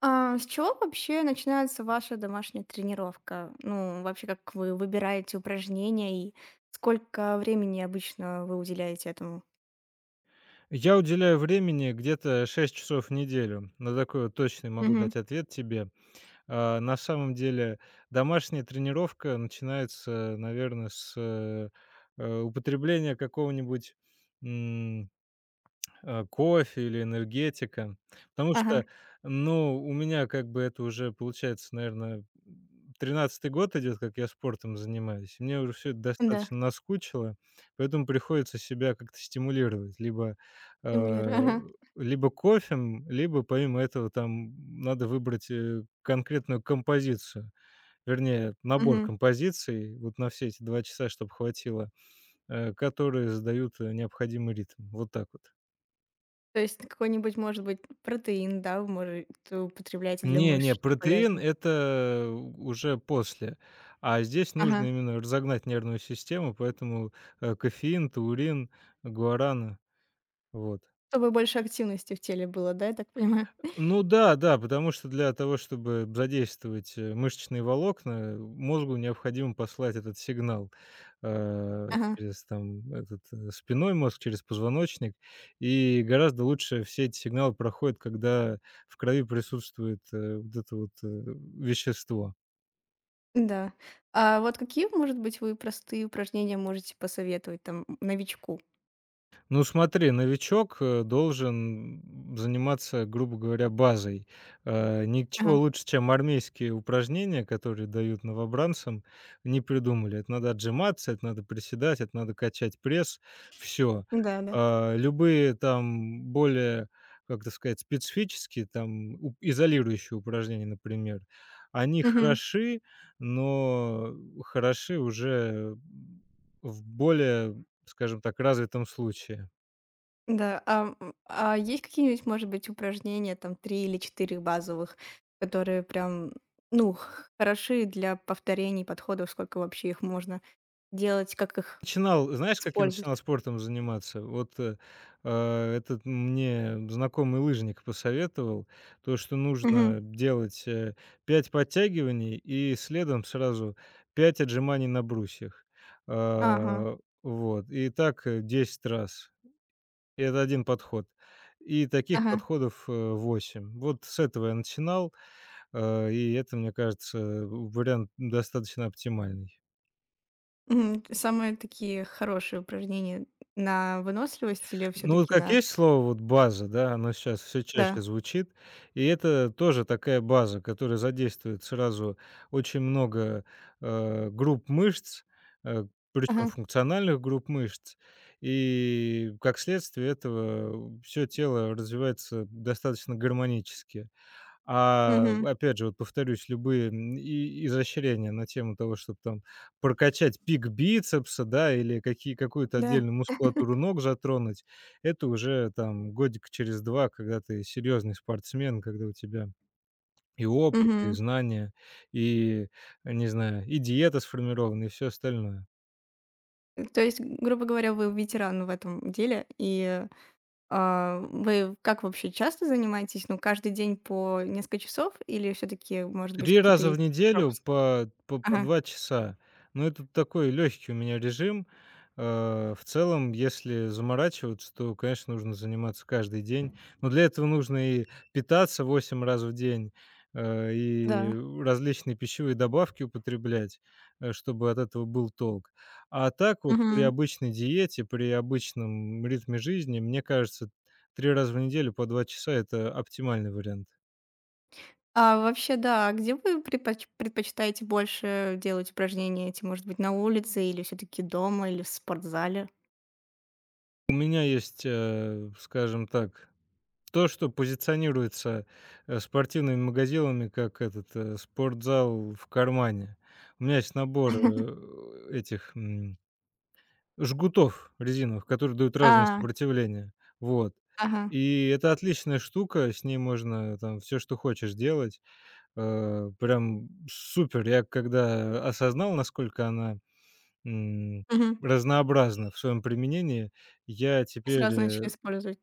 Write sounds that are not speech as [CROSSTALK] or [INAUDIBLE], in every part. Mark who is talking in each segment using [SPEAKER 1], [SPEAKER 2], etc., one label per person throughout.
[SPEAKER 1] С чего вообще начинается ваша домашняя тренировка? Как вы выбираете упражнения и сколько времени обычно вы уделяете этому?
[SPEAKER 2] Я уделяю времени где-то 6 часов в неделю. На такой вот точный могу
[SPEAKER 1] Мгм.
[SPEAKER 2] дать ответ тебе. А, на самом деле домашняя тренировка начинается, наверное, с, употребления какого-нибудь, кофе или энергетика. Потому
[SPEAKER 1] Ага.
[SPEAKER 2] что, ну, у меня как бы это уже получается, наверное, 13-й год идет, как я спортом занимаюсь. Мне уже все это
[SPEAKER 1] Да.
[SPEAKER 2] достаточно наскучило, поэтому приходится себя как-то стимулировать. Э,
[SPEAKER 1] Стимулирую. Ага.
[SPEAKER 2] либо кофе, либо помимо этого там надо выбрать конкретную композицию, вернее, набор
[SPEAKER 1] Мгм.
[SPEAKER 2] композиций вот на все эти 2 часа, чтобы хватило, которые задают необходимый ритм. Вот так вот.
[SPEAKER 1] То есть какой-нибудь, может быть, протеин, да, вы, может, употребляете для
[SPEAKER 2] Не,
[SPEAKER 1] мышц,
[SPEAKER 2] не,
[SPEAKER 1] чтобы
[SPEAKER 2] протеин-
[SPEAKER 1] полезно.
[SPEAKER 2] это уже после. А здесь нужно
[SPEAKER 1] Ага.
[SPEAKER 2] именно разогнать нервную систему, поэтому кофеин, таурин, гуарана. Вот.
[SPEAKER 1] Чтобы больше активности в теле было, да, я так понимаю?
[SPEAKER 2] Ну да, да, потому что для того, чтобы задействовать, мышечные волокна, мозгу необходимо послать этот сигнал, э,
[SPEAKER 1] Ага.
[SPEAKER 2] через там этот, спинной мозг, через позвоночник. И гораздо лучше все эти сигналы проходят, когда в крови присутствует, вот это вот, вещество.
[SPEAKER 1] Да. А вот какие, может быть, вы простые упражнения можете посоветовать там новичку?
[SPEAKER 2] Ну смотри, новичок, должен заниматься, грубо говоря, базой.
[SPEAKER 1] Ага.
[SPEAKER 2] Ничего лучше, чем армейские упражнения, которые дают новобранцам, не придумали. Это надо отжиматься, это надо приседать, это надо качать пресс. Все.
[SPEAKER 1] Да, да.
[SPEAKER 2] Любые там более, как это сказать, специфические там уп изолирующие упражнения, например, они
[SPEAKER 1] Мгм.
[SPEAKER 2] хороши, но хороши уже в более, скажем так, развитом случае.
[SPEAKER 1] Да, а есть какие-нибудь, может быть, упражнения, там 3 или 4 базовых, которые прям, ну, х хороши для повторений подходов, сколько вообще их можно делать, как их
[SPEAKER 2] Начинал, знаешь, как я
[SPEAKER 1] использовать?
[SPEAKER 2] начинал спортом заниматься? Вот, этот мне знакомый лыжник посоветовал, то, что
[SPEAKER 1] Мгм.
[SPEAKER 2] нужно делать 5 подтягиваний и следом сразу 5 отжиманий на брусьях.
[SPEAKER 1] Ага,
[SPEAKER 2] А, вот. И так 10 раз. И это один подход. И таких
[SPEAKER 1] ага.
[SPEAKER 2] подходов восемь. Вот с этого я начинал, и это, мне кажется, вариант достаточно оптимальный.
[SPEAKER 1] Мгм. Самые такие хорошие упражнения на выносливость или все
[SPEAKER 2] Ну, вот
[SPEAKER 1] таки
[SPEAKER 2] как
[SPEAKER 1] на.
[SPEAKER 2] есть слово вот "база", да, оно сейчас все
[SPEAKER 1] Да.
[SPEAKER 2] чаще звучит, и это тоже такая база, которая задействует сразу очень много, групп мышц, э, причем
[SPEAKER 1] Ага.
[SPEAKER 2] функциональных групп мышц. И как следствие этого все тело развивается достаточно гармонически. А,
[SPEAKER 1] Мгм.
[SPEAKER 2] опять же, вот повторюсь, любые, и изощрения на тему того, чтобы там прокачать пик бицепса, да, или какие какую-то
[SPEAKER 1] Да.
[SPEAKER 2] отдельную мускулатуру ног затронуть, это уже там годик через 2, когда ты серьезный спортсмен, когда у тебя и опыт, и
[SPEAKER 1] Мгм.
[SPEAKER 2] знания, и, не знаю, и диета сформирована, и все остальное.
[SPEAKER 1] То есть, грубо говоря, вы ветеран в этом деле и. А, вы как вообще часто занимаетесь? Ну, каждый день по несколько часов или все таки может быть,
[SPEAKER 2] 3
[SPEAKER 1] какие-то
[SPEAKER 2] раза в
[SPEAKER 1] есть
[SPEAKER 2] неделю
[SPEAKER 1] пропуски?
[SPEAKER 2] по
[SPEAKER 1] Ага,
[SPEAKER 2] 2 часа. Но это такой легкий у меня режим. В целом, если заморачиваться, то, конечно, нужно заниматься каждый день. Но для этого нужно и питаться 8 раз в день, и
[SPEAKER 1] да.
[SPEAKER 2] различные пищевые добавки употреблять, чтобы от этого был толк. А так вот при
[SPEAKER 1] Мгм.
[SPEAKER 2] обычной диете, при обычном ритме жизни, мне кажется, 3 раза в неделю по 2 часа- это оптимальный вариант.
[SPEAKER 1] А вообще, да, а где вы предпочитаете больше делать упражнения эти? Может быть, на улице или все таки дома, или в спортзале?
[SPEAKER 2] У меня есть, скажем так, то, что позиционируется, спортивными магазинами как этот, спортзал в кармане. У меня есть набор, этих, жгутов резиновых, которые дают разное
[SPEAKER 1] А,
[SPEAKER 2] сопротивление. Вот.
[SPEAKER 1] ага,
[SPEAKER 2] И это отличная штука, с ней можно там все, что хочешь делать. Прям супер. Я когда осознал, насколько она, м,
[SPEAKER 1] мгм.
[SPEAKER 2] разнообразна в своем применении, я теперь,
[SPEAKER 1] Сразу начали использовать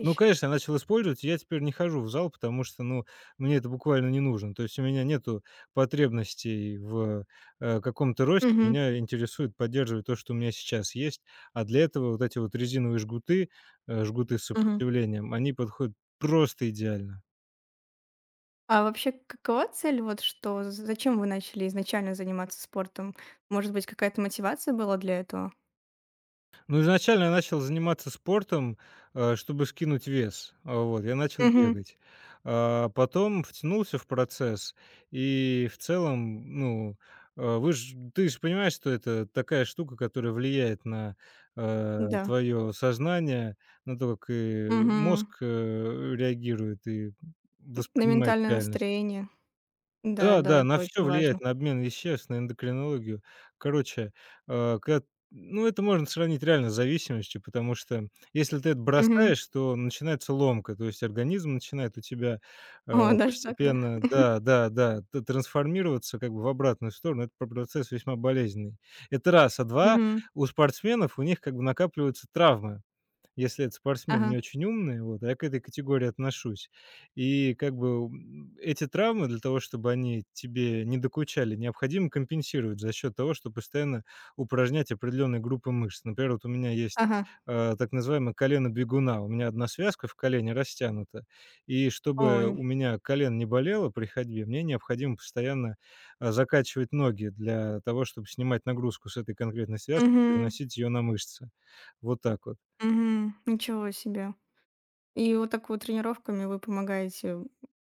[SPEAKER 2] ну, конечно, я начал использовать, и я теперь не хожу в зал, потому что, ну, мне это буквально не нужно. То есть у меня нету потребностей в, каком-то росте.
[SPEAKER 1] Мгм,
[SPEAKER 2] Меня интересует поддерживать то, что у меня сейчас есть, а для этого вот эти вот резиновые жгуты, жгуты с
[SPEAKER 1] мгм.
[SPEAKER 2] сопротивлением, они подходят просто идеально.
[SPEAKER 1] А вообще, какова цель? Вот что з зачем вы начали изначально заниматься спортом? Может быть, какая-то мотивация была для этого?
[SPEAKER 2] Ну, изначально я начал заниматься спортом, чтобы скинуть вес. А, вот, я начал
[SPEAKER 1] Мгм.
[SPEAKER 2] бегать. А, потом втянулся в процесс, и в целом, ну, вы ж ты же понимаешь, что это такая штука, которая влияет на,
[SPEAKER 1] Да.
[SPEAKER 2] твое сознание, на то, как,
[SPEAKER 1] Мгм.
[SPEAKER 2] мозг, реагирует и
[SPEAKER 1] На
[SPEAKER 2] воспринимает
[SPEAKER 1] ментальное
[SPEAKER 2] реальность.
[SPEAKER 1] настроение. Да,
[SPEAKER 2] Да,
[SPEAKER 1] да,
[SPEAKER 2] да,
[SPEAKER 1] это
[SPEAKER 2] на все
[SPEAKER 1] очень важно.
[SPEAKER 2] влияет, на обмен веществ, на эндокринологию. Короче, когда ну, это можно сравнить реально с зависимостью, потому что если ты это
[SPEAKER 1] Мгм.
[SPEAKER 2] бросаешь,
[SPEAKER 1] [LAUGHS]
[SPEAKER 2] то начинается ломка, то есть организм начинает у тебя,
[SPEAKER 1] О, даже так, да?
[SPEAKER 2] постепенно да,
[SPEAKER 1] [LAUGHS]
[SPEAKER 2] да, да, т трансформироваться как бы в обратную сторону. Это п процесс весьма болезненный. Это раз. А два,
[SPEAKER 1] Мгм.
[SPEAKER 2] у спортсменов, у них как бы накапливаются травмы. Если этот спортсмен
[SPEAKER 1] Ага,
[SPEAKER 2] не очень умный, вот, а я к этой категории отношусь. И как бы, эти травмы для того, чтобы они тебе не докучали, необходимо компенсировать за счет того, что постоянно упражнять определенные группы мышц. Например, вот у меня есть,
[SPEAKER 1] ага.
[SPEAKER 2] так называемое колено бегуна. У меня одна связка в колене растянута, и
[SPEAKER 1] Ой.
[SPEAKER 2] чтобы у меня колено не болело при ходьбе, мне необходимо постоянно, закачивать ноги для того, чтобы снимать нагрузку с этой конкретной связки,
[SPEAKER 1] Мгм,
[SPEAKER 2] переносить ее на мышцы. Вот так вот.
[SPEAKER 1] мгм. Ничего себе. И вот так вот тренировками вы помогаете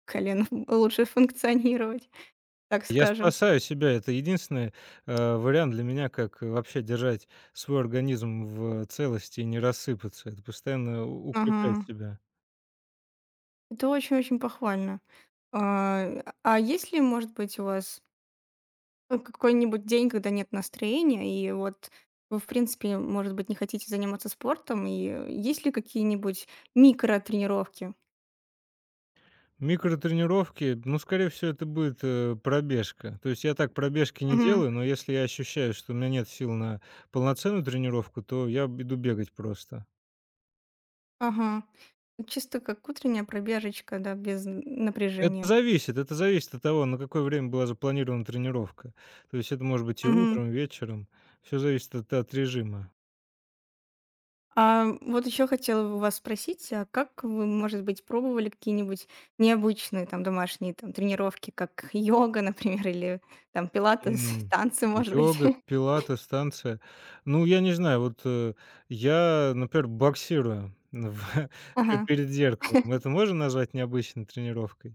[SPEAKER 1] колену [LAUGHS] лучше функционировать, так
[SPEAKER 2] Я
[SPEAKER 1] скажем.
[SPEAKER 2] спасаю себя. Это единственный, вариант для меня, как вообще держать свой организм в целости и не рассыпаться. Это постоянно у
[SPEAKER 1] Ага.
[SPEAKER 2] укреплять себя.
[SPEAKER 1] Это очень-очень похвально. А, а есть ли, может быть, у вас. Ну, какой-нибудь день, когда нет настроения, и вот вы, в принципе, может быть, не хотите заниматься спортом, и есть ли какие-нибудь микротренировки?
[SPEAKER 2] Микротренировки, ну, скорее всего, это будет, пробежка. То есть я так пробежки не
[SPEAKER 1] Мгм.
[SPEAKER 2] делаю, но если я ощущаю, что у меня нет сил на полноценную тренировку, то я б иду бегать просто.
[SPEAKER 1] Ага. Чисто как утренняя пробежечка, да, без
[SPEAKER 2] Это
[SPEAKER 1] напряжения.
[SPEAKER 2] зависит это зависит от того, на какое время была запланирована тренировка. То есть это может быть и
[SPEAKER 1] Мгм.
[SPEAKER 2] утром, и вечером. Все зависит от режима.
[SPEAKER 1] А вот еще хотела бы вас спросить, а как вы, может быть, пробовали какие-нибудь необычные там домашние там тренировки, как йога, например, или там пилатес, [LAUGHS]
[SPEAKER 2] М,
[SPEAKER 1] танцы, может быть?
[SPEAKER 2] Йога,
[SPEAKER 1] [LAUGHS]
[SPEAKER 2] пилатес, танцы. Ну, я не знаю, вот, я, например, боксирую [LAUGHS] в
[SPEAKER 1] Ага.
[SPEAKER 2] перед зеркалом. Это можно назвать необычной тренировкой?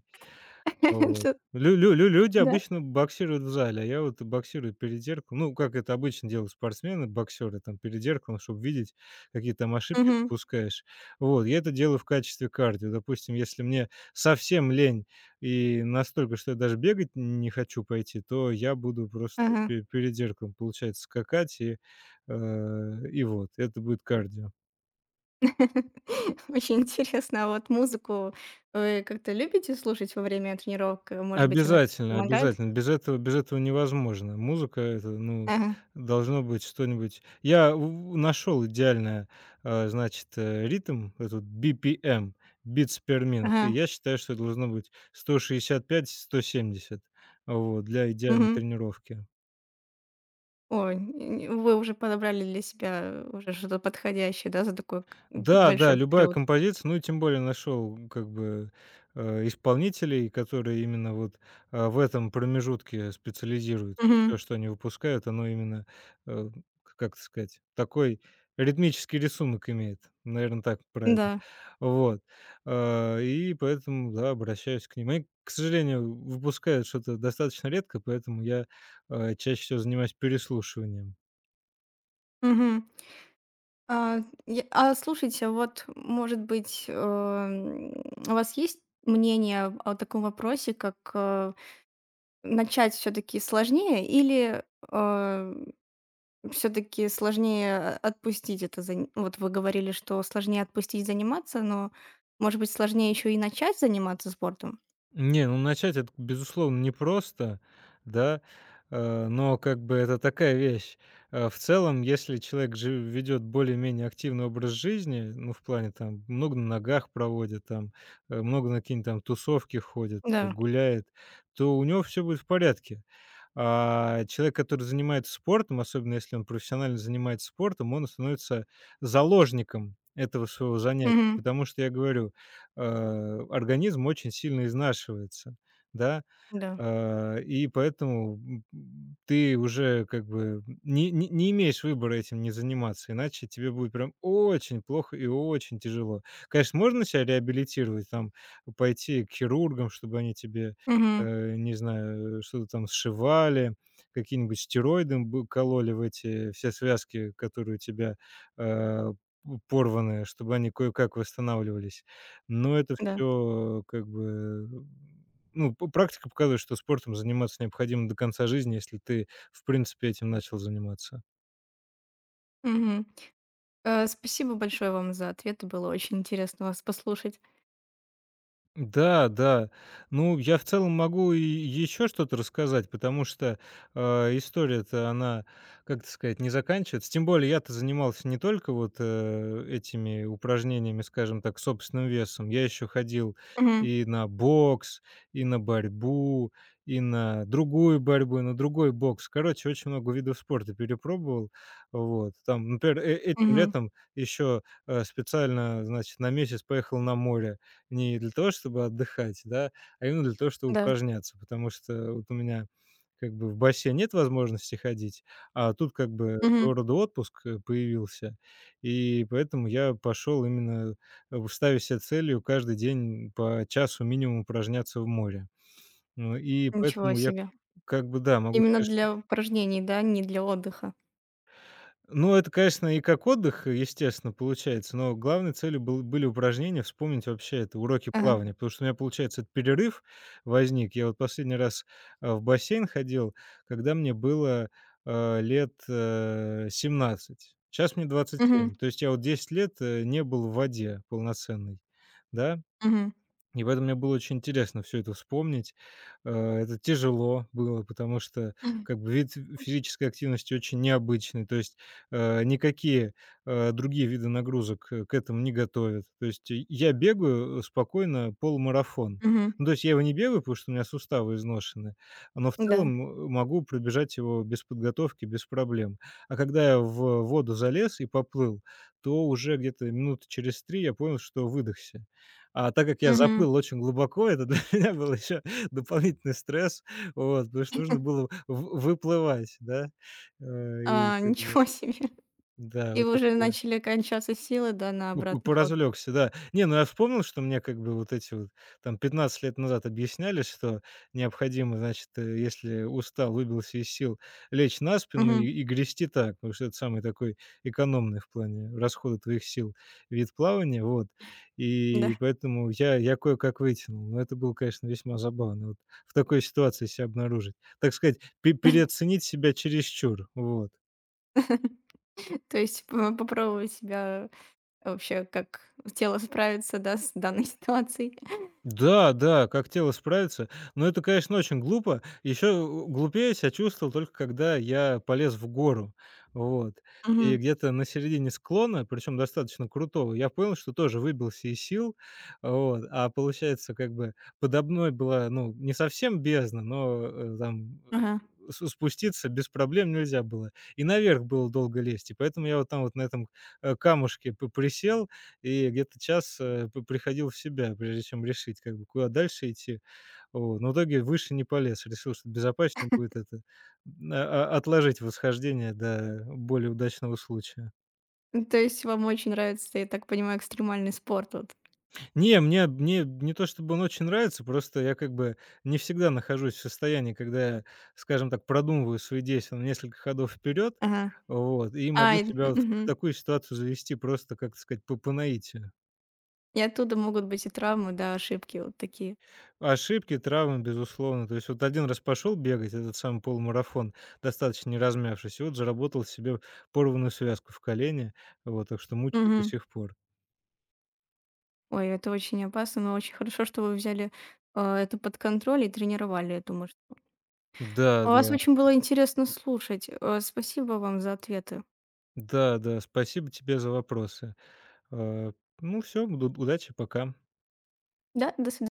[SPEAKER 1] [LAUGHS]
[SPEAKER 2] Вот.
[SPEAKER 1] Это-.
[SPEAKER 2] Лю лю лю люди
[SPEAKER 1] Да.
[SPEAKER 2] обычно боксируют в зале, а я вот боксирую перед зеркалом. Ну, как это обычно делают спортсмены, боксеры, там, перед зеркалом, чтобы видеть, какие там ошибки
[SPEAKER 1] Мгм.
[SPEAKER 2] допускаешь. Вот, я это делаю в качестве кардио. Допустим, если мне совсем лень и настолько, что я даже бегать не хочу пойти, то я буду просто
[SPEAKER 1] Ага.
[SPEAKER 2] пе перед зеркалом, получается, скакать и вот, это будет кардио.
[SPEAKER 1] [LAUGHS] Очень интересно, а вот музыку вы как-то любите слушать во время тренировок? Может быть, она как-то
[SPEAKER 2] Обязательно,
[SPEAKER 1] помогает?
[SPEAKER 2] обязательно. Без этого невозможно. Музыка- это, ну,
[SPEAKER 1] Ага,
[SPEAKER 2] должно быть что-нибудь. Я нашел идеально, значит, ритм, этот BPM, beats per minute. И
[SPEAKER 1] ага,
[SPEAKER 2] я считаю, что это должно быть 165-170, вот, для идеальной
[SPEAKER 1] мгм.
[SPEAKER 2] тренировки.
[SPEAKER 1] Ой, нь вы уже подобрали для себя уже что-то подходящее, да, за такой к
[SPEAKER 2] Да, да,
[SPEAKER 1] большой
[SPEAKER 2] любая
[SPEAKER 1] период?
[SPEAKER 2] композиция, ну и тем более нашел, как бы, исполнителей, которые именно вот, в этом промежутке специализируются. Всё,
[SPEAKER 1] Мгм.
[SPEAKER 2] что они выпускают, оно именно, э, к как это сказать, такой ритмический рисунок имеет, наверное, так правильно.
[SPEAKER 1] Да.
[SPEAKER 2] Вот. А, и поэтому, да, обращаюсь к ним. Они, к сожалению, выпускают что-то достаточно редко, поэтому я, чаще всего занимаюсь переслушиванием.
[SPEAKER 1] Мгм. А, я а слушайте, вот, может быть, у вас есть мнение о таком вопросе, как, начать все таки сложнее или, э все таки сложнее, отпустить это зан вот вы говорили, что сложнее отпустить заниматься, но, может быть, сложнее еще и начать заниматься спортом?
[SPEAKER 2] Не, ну начать это, безусловно, непросто, да, но как бы это такая вещь. В целом, если человек ведет более-менее активный образ жизни, ну, в плане там много на ногах проводит, там много на какие-нибудь там тусовки ходит,
[SPEAKER 1] Да.
[SPEAKER 2] гуляет, то у него все будет в порядке. А человек, который занимается спортом, особенно если он профессионально занимается спортом, он становится заложником этого своего занятия.
[SPEAKER 1] Мгм.
[SPEAKER 2] Потому что я говорю, организм очень сильно изнашивается, да.
[SPEAKER 1] Да.
[SPEAKER 2] И поэтому, ты уже как бы не имеешь выбора этим не заниматься, иначе тебе будет прям очень плохо и очень тяжело. Конечно, можно себя реабилитировать, там, пойти к хирургам, чтобы они тебе,
[SPEAKER 1] Мгм.
[SPEAKER 2] не знаю, что-то там сшивали, какие-нибудь стероиды бы кололи в эти все связки, которые у тебя, э, порваны, чтобы они кое-как восстанавливались. Но это
[SPEAKER 1] Да.
[SPEAKER 2] все как бы ну, п практика показывает, что спортом заниматься необходимо до конца жизни, если ты, в принципе, этим начал заниматься.
[SPEAKER 1] Мгм. Спасибо большое вам за ответы. Было очень интересно вас послушать.
[SPEAKER 2] Да, да. Ну, я в целом могу и еще что-то рассказать, потому что, история-то, она, как это сказать, не заканчивается. Тем более я-то занимался не только вот, этими упражнениями, скажем так, собственным весом. Я еще ходил
[SPEAKER 1] Мгм.
[SPEAKER 2] и на бокс, и на борьбу, и на другую борьбу, и на другой бокс. Короче, очень много видов спорта перепробовал. Вот. Там, например, этим
[SPEAKER 1] Мгм.
[SPEAKER 2] летом еще, специально, значит, на месяц поехал на море. Не для того, чтобы отдыхать, да, а именно для того, чтобы
[SPEAKER 1] Да.
[SPEAKER 2] упражняться. Потому что вот у меня как бы в бассейн нет возможности ходить, а тут как бы своего
[SPEAKER 1] Мгм.
[SPEAKER 2] рода отпуск, появился. И поэтому я пошел именно, ставя себе целью каждый день по часу минимум упражняться в море. Ну и
[SPEAKER 1] Ничего
[SPEAKER 2] поэтому я
[SPEAKER 1] себе.
[SPEAKER 2] как бы, да, могу
[SPEAKER 1] Именно
[SPEAKER 2] сказать,
[SPEAKER 1] для упражнений, да, не для отдыха.
[SPEAKER 2] ну, это, конечно, и как отдых, естественно, получается, но главной целью были упражнения, вспомнить вообще это уроки
[SPEAKER 1] Ага.
[SPEAKER 2] плавания, потому что у меня, получается, этот перерыв возник. Я вот последний раз, в бассейн ходил, когда мне было, лет, 17. Щас мне двадцать
[SPEAKER 1] Мгм.
[SPEAKER 2] семь, То есть я вот 10 лет, не был в воде полноценной, да.
[SPEAKER 1] Мгм.
[SPEAKER 2] И поэтому мне было очень интересно все это вспомнить. Э, это тяжело было, потому что как бы вид физической активности очень необычный. То есть, никакие, другие виды нагрузок, к этому не готовят. То есть я бегаю, спокойно полумарафон.
[SPEAKER 1] Мгм.
[SPEAKER 2] Ну, то есть я его не бегаю, потому что у меня суставы изношены, но в
[SPEAKER 1] Да.
[SPEAKER 2] целом, могу пробежать его без подготовки, без проблем. А когда я в воду залез и поплыл, то уже где-то минуты через 3 я понял, что выдохся. А так как я
[SPEAKER 1] Мгм.
[SPEAKER 2] заплыл очень глубоко, это для [LAUGHS] меня был еще дополнительный стресс, вот, потому что нужно было в выплывать, да. И
[SPEAKER 1] А, [LAUGHS]
[SPEAKER 2] как бы,
[SPEAKER 1] ничего себе.
[SPEAKER 2] да,
[SPEAKER 1] И
[SPEAKER 2] вот так
[SPEAKER 1] уже
[SPEAKER 2] вот я
[SPEAKER 1] начали кончаться силы, да, на
[SPEAKER 2] П п
[SPEAKER 1] обратный ход.
[SPEAKER 2] поразвлёкся, да. Не, ну я вспомнил, что мне как бы вот эти вот там 15 лет назад объясняли, что необходимо, значит, если устал, выбился из сил, лечь на спину и
[SPEAKER 1] Мгм.
[SPEAKER 2] и грести так, потому что это самый такой экономный в плане расхода твоих сил вид плавания. Вот. И
[SPEAKER 1] Да.
[SPEAKER 2] поэтому я кое-как вытянул. Но это было, конечно, весьма забавно вот в такой ситуации себя обнаружить. Так сказать, пе переоценить себя чересчур. Вот.
[SPEAKER 1] [LAUGHS] То есть п попробовать себя вообще, как тело справится, да, с данной [LAUGHS] ситуацией.
[SPEAKER 2] Да, да, как тело справится. Но это, конечно, очень глупо. Еще глупее себя чувствовал только когда я полез в гору. Вот. И
[SPEAKER 1] Мгм.
[SPEAKER 2] где-то на середине склона, причем достаточно крутого, я понял, что тоже выбился из сил. Вот. А получается, как бы подо мной была, ну, не совсем бездна, но там
[SPEAKER 1] Ага.
[SPEAKER 2] спуститься без проблем нельзя было. И наверх было долго лезть. И поэтому я вот там вот на этом камушке присел, и где-то час, э, п приходил в себя, прежде чем решить, как бы, куда дальше идти. Вот, но в итоге выше не полез. Решил, что безопаснее будет это, отложить восхождение до более удачного случая.
[SPEAKER 1] Ну, то есть вам очень нравится, я так понимаю, экстремальный спорт вот.
[SPEAKER 2] Не, мне не то чтобы он очень нравится, просто я как бы не всегда нахожусь в состоянии, когда я, скажем так, продумываю свои действия на несколько ходов вперед,
[SPEAKER 1] Ага.
[SPEAKER 2] вот, и
[SPEAKER 1] А,
[SPEAKER 2] могу
[SPEAKER 1] и
[SPEAKER 2] себя вот в
[SPEAKER 1] мгм.
[SPEAKER 2] такую ситуацию завести просто, как сказать, по наитию.
[SPEAKER 1] И оттуда могут быть и травмы, да, ошибки вот такие.
[SPEAKER 2] Ошибки, травмы, безусловно. То есть вот один раз пошел бегать, этот самый полумарафон, достаточно не размявшись, и вот заработал себе порванную связку в колене. Вот, так что мучает до
[SPEAKER 1] Мгм.
[SPEAKER 2] сих пор.
[SPEAKER 1] Ой, это очень опасно, но очень хорошо, что вы взяли, а, это под контроль и тренировали эту мышцу.
[SPEAKER 2] Да,
[SPEAKER 1] А вас
[SPEAKER 2] да.
[SPEAKER 1] очень было интересно слушать. Спасибо вам за ответы.
[SPEAKER 2] Да, да. Спасибо тебе за вопросы. Э, ну все, буд удачи, пока.
[SPEAKER 1] Да, до свидания.